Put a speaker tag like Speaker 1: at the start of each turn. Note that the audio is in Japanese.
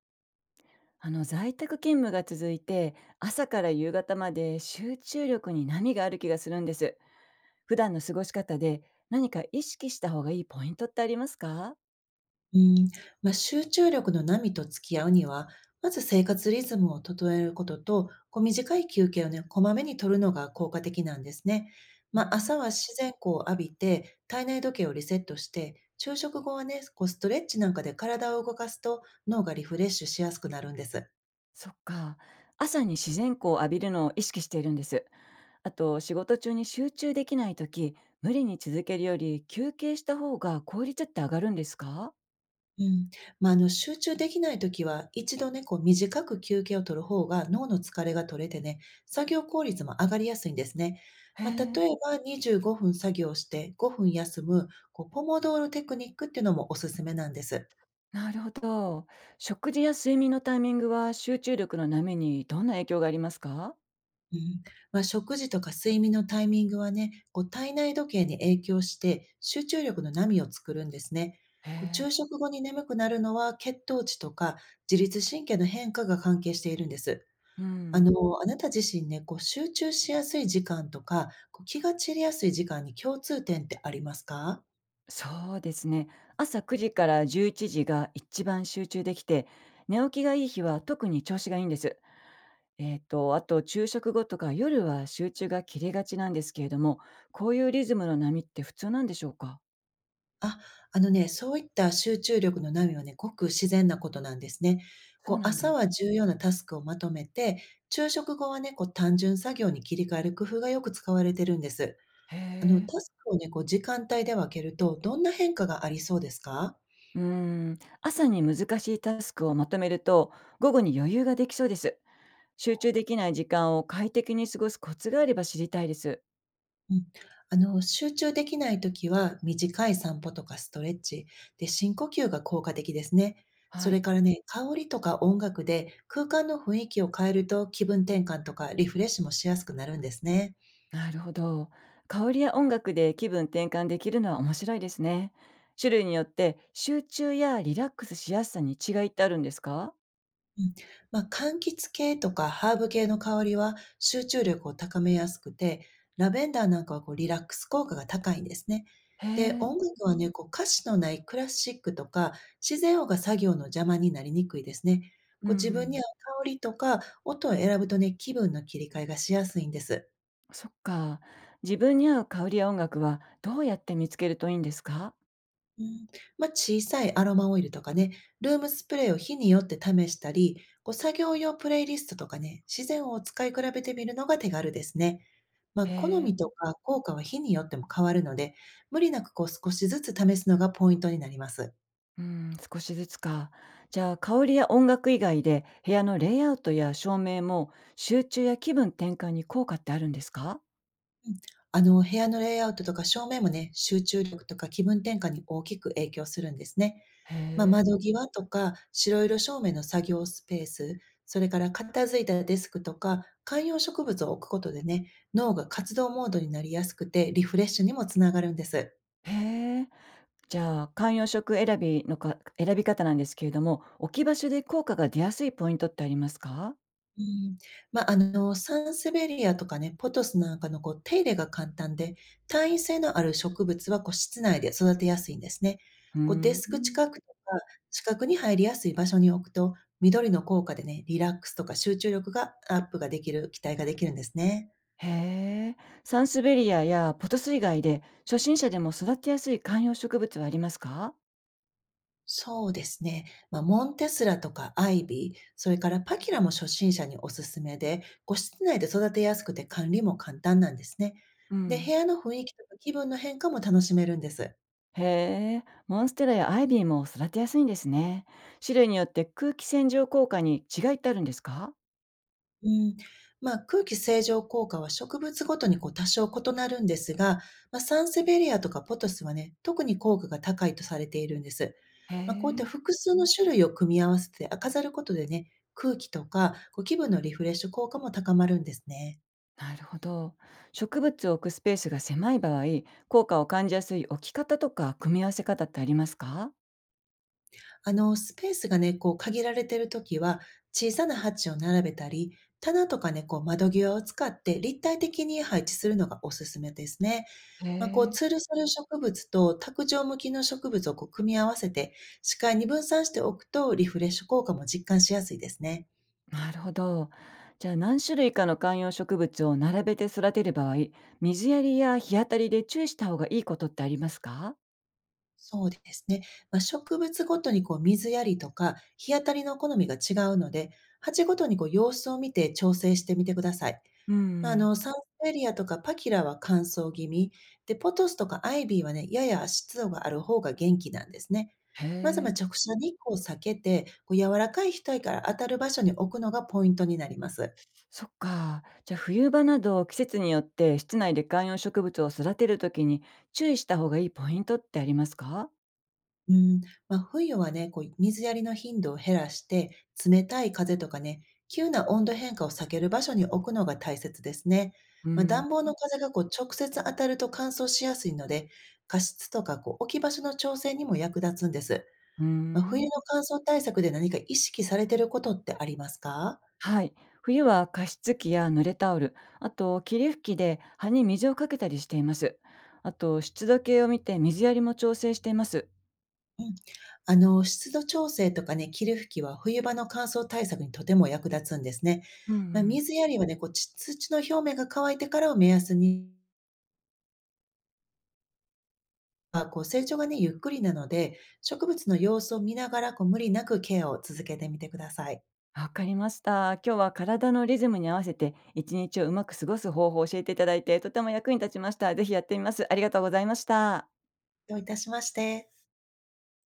Speaker 1: 在宅勤務が続いて朝から夕方まで集中力に波がある気がするんです。普段の過ごし方で何か意識した方がいいポイントってありますか？
Speaker 2: うん、まあ、集中力の波と付き合うには、まず生活リズムを整えることと、こう短い休憩をね、こまめに取るのが効果的なんですね。
Speaker 1: う
Speaker 2: まあ、
Speaker 1: ん。
Speaker 2: 朝は自然光を浴びて、体内時計をリセットして、昼食後はね、こうストレッチなんかで体を動かすと脳がリフレッシュしやすくなるんです。
Speaker 1: そっか。朝に自然光を浴びるのを意識しているんです。あと仕事中に集中できない時、無理に続けるより休憩した方が効率って上がるんですか？
Speaker 2: うん。まあ、あの、集中できないときは、一度ね、こう短く休憩を取る方が脳の疲れが取れてね、作業効率も上がりやすいんですね。
Speaker 1: へ
Speaker 2: まあ、例
Speaker 1: え。
Speaker 2: えば25分作業して5分休む、こうポモドーロテクニックっていうのもおすすめなんです。
Speaker 1: なるほど。食事や睡眠のタイミングは集中力の波にどんな影響がありますか？
Speaker 2: うん。まあ、食事とか睡眠のタイミングはね、こう体内時計に影響して、集中力の波を作るんですね。
Speaker 1: へ
Speaker 2: こう
Speaker 1: え。
Speaker 2: 昼食後に眠くなるのは、血糖値とか自律神経の変化が関係しているんです。
Speaker 1: う
Speaker 2: あ
Speaker 1: ん、
Speaker 2: の、あなた自身ね、こう集中しやすい時間とか、こう気が散りやすい時間に共通点ってありますか？
Speaker 1: そうですね。朝9時から11時が一番集中できて、寝起きがいい日は特に調子がいいんです。あと昼食後とか夜は集中が切れがちなんですけれども、こういうリズムの波って普通なんでしょうか？
Speaker 2: あ、あのね、そういった集中力の波はね、ごく自然なことなんですね。こ
Speaker 1: そう
Speaker 2: う
Speaker 1: なんだ。
Speaker 2: 朝は重要なタスクをまとめて、昼食後はね、こう単純作業に切り替える工夫がよく使われてるんです。
Speaker 1: へ
Speaker 2: あの、タ
Speaker 1: え。
Speaker 2: スクをね、こう時間帯で分けると、どんな変化がありそうですか？
Speaker 1: うん、朝に難しいタスクをまとめると、午後に余裕ができそうです。集中できない時間を快適に過ごすコツがあれば知りたいです。
Speaker 2: うん、あの、集中できないときは、短い散歩とかストレッチ、で、深呼吸が効果的ですね。そ
Speaker 1: は
Speaker 2: れ
Speaker 1: い。
Speaker 2: からね、香りとか音楽で空間の雰囲気を変えると気分転換とかリフレッシュもしやすくなるんですね。
Speaker 1: なるほど。香りや音楽で気分転換できるのは面白いですね。種類によって集中やリラックスしやすさに違いってあるんですか？
Speaker 2: うん、まあ、柑橘系とかハーブ系の香りは集中力を高めやすくて、ラベンダーなんかはこうリラックス効果が高いんですね。
Speaker 1: へ
Speaker 2: で、
Speaker 1: え、
Speaker 2: 音楽はね、こう歌詞のないクラシックとか自然音が作業の邪魔になりにくいですね。
Speaker 1: う
Speaker 2: こう自分に
Speaker 1: ん、
Speaker 2: 合う香りとか音を選ぶとね、気分の切り替えがしやすいんです。
Speaker 1: そっか。自分に合う香りや音楽はどうやって見つけるといいんですか？
Speaker 2: うん、まあ、小さいアロマオイルとかね、ルームスプレーを日によって試したり、こう作業用プレイリストとかね、自然を使い比べてみるのが手軽ですね。まあ、好
Speaker 1: へ
Speaker 2: みと
Speaker 1: え、
Speaker 2: か効果は日によっても変わるので、無理なくこう少しずつ試すのがポイントになります。
Speaker 1: うん、少しずつか。じゃあ香りや音楽以外で部屋のレイアウトや照明も集中や気分転換に効果ってあるんですか？
Speaker 2: うん。あの、部屋のレイアウトとか照明もね、集中力とか気分転換に大きく影響するんですね。
Speaker 1: へ
Speaker 2: まあ、窓際とか白色照明の作業スペース、それから片付いたデスクとか観葉植物を置くことでね、脳が活動モードになりやすくて、リフレッシュにもつながるんです。
Speaker 1: え、へえ。じゃあ、観葉植選びのか選び方なんですけれども、置き場所で効果が出やすいポイントってありますか？
Speaker 2: うん。まあ、サンセベリアとかね、ポトスなんかのこう手入れが簡単で、単位性のある植物はこう室内で育てやすいんですね。
Speaker 1: う
Speaker 2: こうデ
Speaker 1: ー
Speaker 2: スク
Speaker 1: ん。
Speaker 2: 近くとか、近くに入りやすい場所に置くと、緑の効果でね、リラックスとか集中力がアップができる期待ができるんですね。
Speaker 1: へえ。サンスベリアやポトス以外で、初心者でも育てやすい観葉植物はありますか？
Speaker 2: そうですね。まあ、モンテスラとかアイビー、それからパキラも初心者におすすめで、ご室内で育てやすくて管理も簡単なんですね。
Speaker 1: う
Speaker 2: で、部
Speaker 1: ん。
Speaker 2: 屋の雰囲気とか気分の変化も楽しめるんです。
Speaker 1: へえ。モンステラやアイビーも育てやすいんですね。種類によって空気洗浄効果に違いってあるんですか？
Speaker 2: うん。まあ、空気清浄効果は植物ごとにこう多少異なるんですが、まあ、サンセベリアとかポトスはね、特に効果が高いとされているんです。
Speaker 1: へ
Speaker 2: まあ、こういった
Speaker 1: え、
Speaker 2: 複数の種類を組み合わせて飾ることでね、空気とかこう気分のリフレッシュ効果も高まるんですね。
Speaker 1: なるほど。植物を置くスペースが狭い場合、効果を感じやすい置き方とか組み合わせ方ってありますか？
Speaker 2: あの、スペースがね、こう限られてるときは、小さな鉢を並べたり、棚とかね、こう窓際を使って立体的に配置するのがおすすめですね。
Speaker 1: へ
Speaker 2: まあ、こう、
Speaker 1: え、
Speaker 2: 吊るする植物と卓上向きの植物をこう組み合わせて、視界に分散しておくとリフレッシュ効果も実感しやすいですね。
Speaker 1: なるほど。じゃあ何種類かの観葉植物を並べて育てる場合、水やりや日当たりで注意した方がいいことってありますか？
Speaker 2: そうですね。まあ、植物ごとにこう水やりとか日当たりの好みが違うので、鉢ごとにこう様子を見て調整してみてください。
Speaker 1: う
Speaker 2: まあ、あ
Speaker 1: ん。
Speaker 2: の、サンスベリアとかパキラは乾燥気味、で、ポトスとかアイビーはね、やや湿度がある方が元気なんですね。
Speaker 1: へ
Speaker 2: まずま
Speaker 1: え、
Speaker 2: あ直射日光を避けて、こう柔らかい日陰から当たる場所に置くのがポイントになります。
Speaker 1: そっか。じゃあ冬場など季節によって室内で観葉植物を育てるときに注意した方がいいポイントってありますか？
Speaker 2: うん、まあ、冬はね、こう水やりの頻度を減らして、冷たい風とかね、急な温度変化を避ける場所に置くのが大切ですね。
Speaker 1: う
Speaker 2: まあ、
Speaker 1: ん。
Speaker 2: 暖房の風がこう直接当たると乾燥しやすいので、加湿とかこう置き場所の調整にも役立つんです。
Speaker 1: う
Speaker 2: まあ、冬
Speaker 1: ん。
Speaker 2: の乾燥対策で何か意識されてることってありますか？
Speaker 1: はい。冬は加湿器や濡れタオル、あと霧吹きで葉に水をかけたりしています。あと湿度計を見て水やりも調整しています。
Speaker 2: うん、あの、湿度調整とかね、霧吹きは冬場の乾燥対策にとても役立つんですね。
Speaker 1: うんう
Speaker 2: まあ、
Speaker 1: ん。
Speaker 2: 水やりはね、こうち土の表面が乾いてからを目安にあ、こう成長がね、ゆっくりなので、植物の様子を見ながら、こう無理なくケアを続けてみてください。
Speaker 1: わかりました。今日は体のリズムに合わせて、一日をうまく過ごす方法を教えていただいて、とても役に立ちました。ぜひやってみます。ありがとうございました。
Speaker 2: どういたしまして。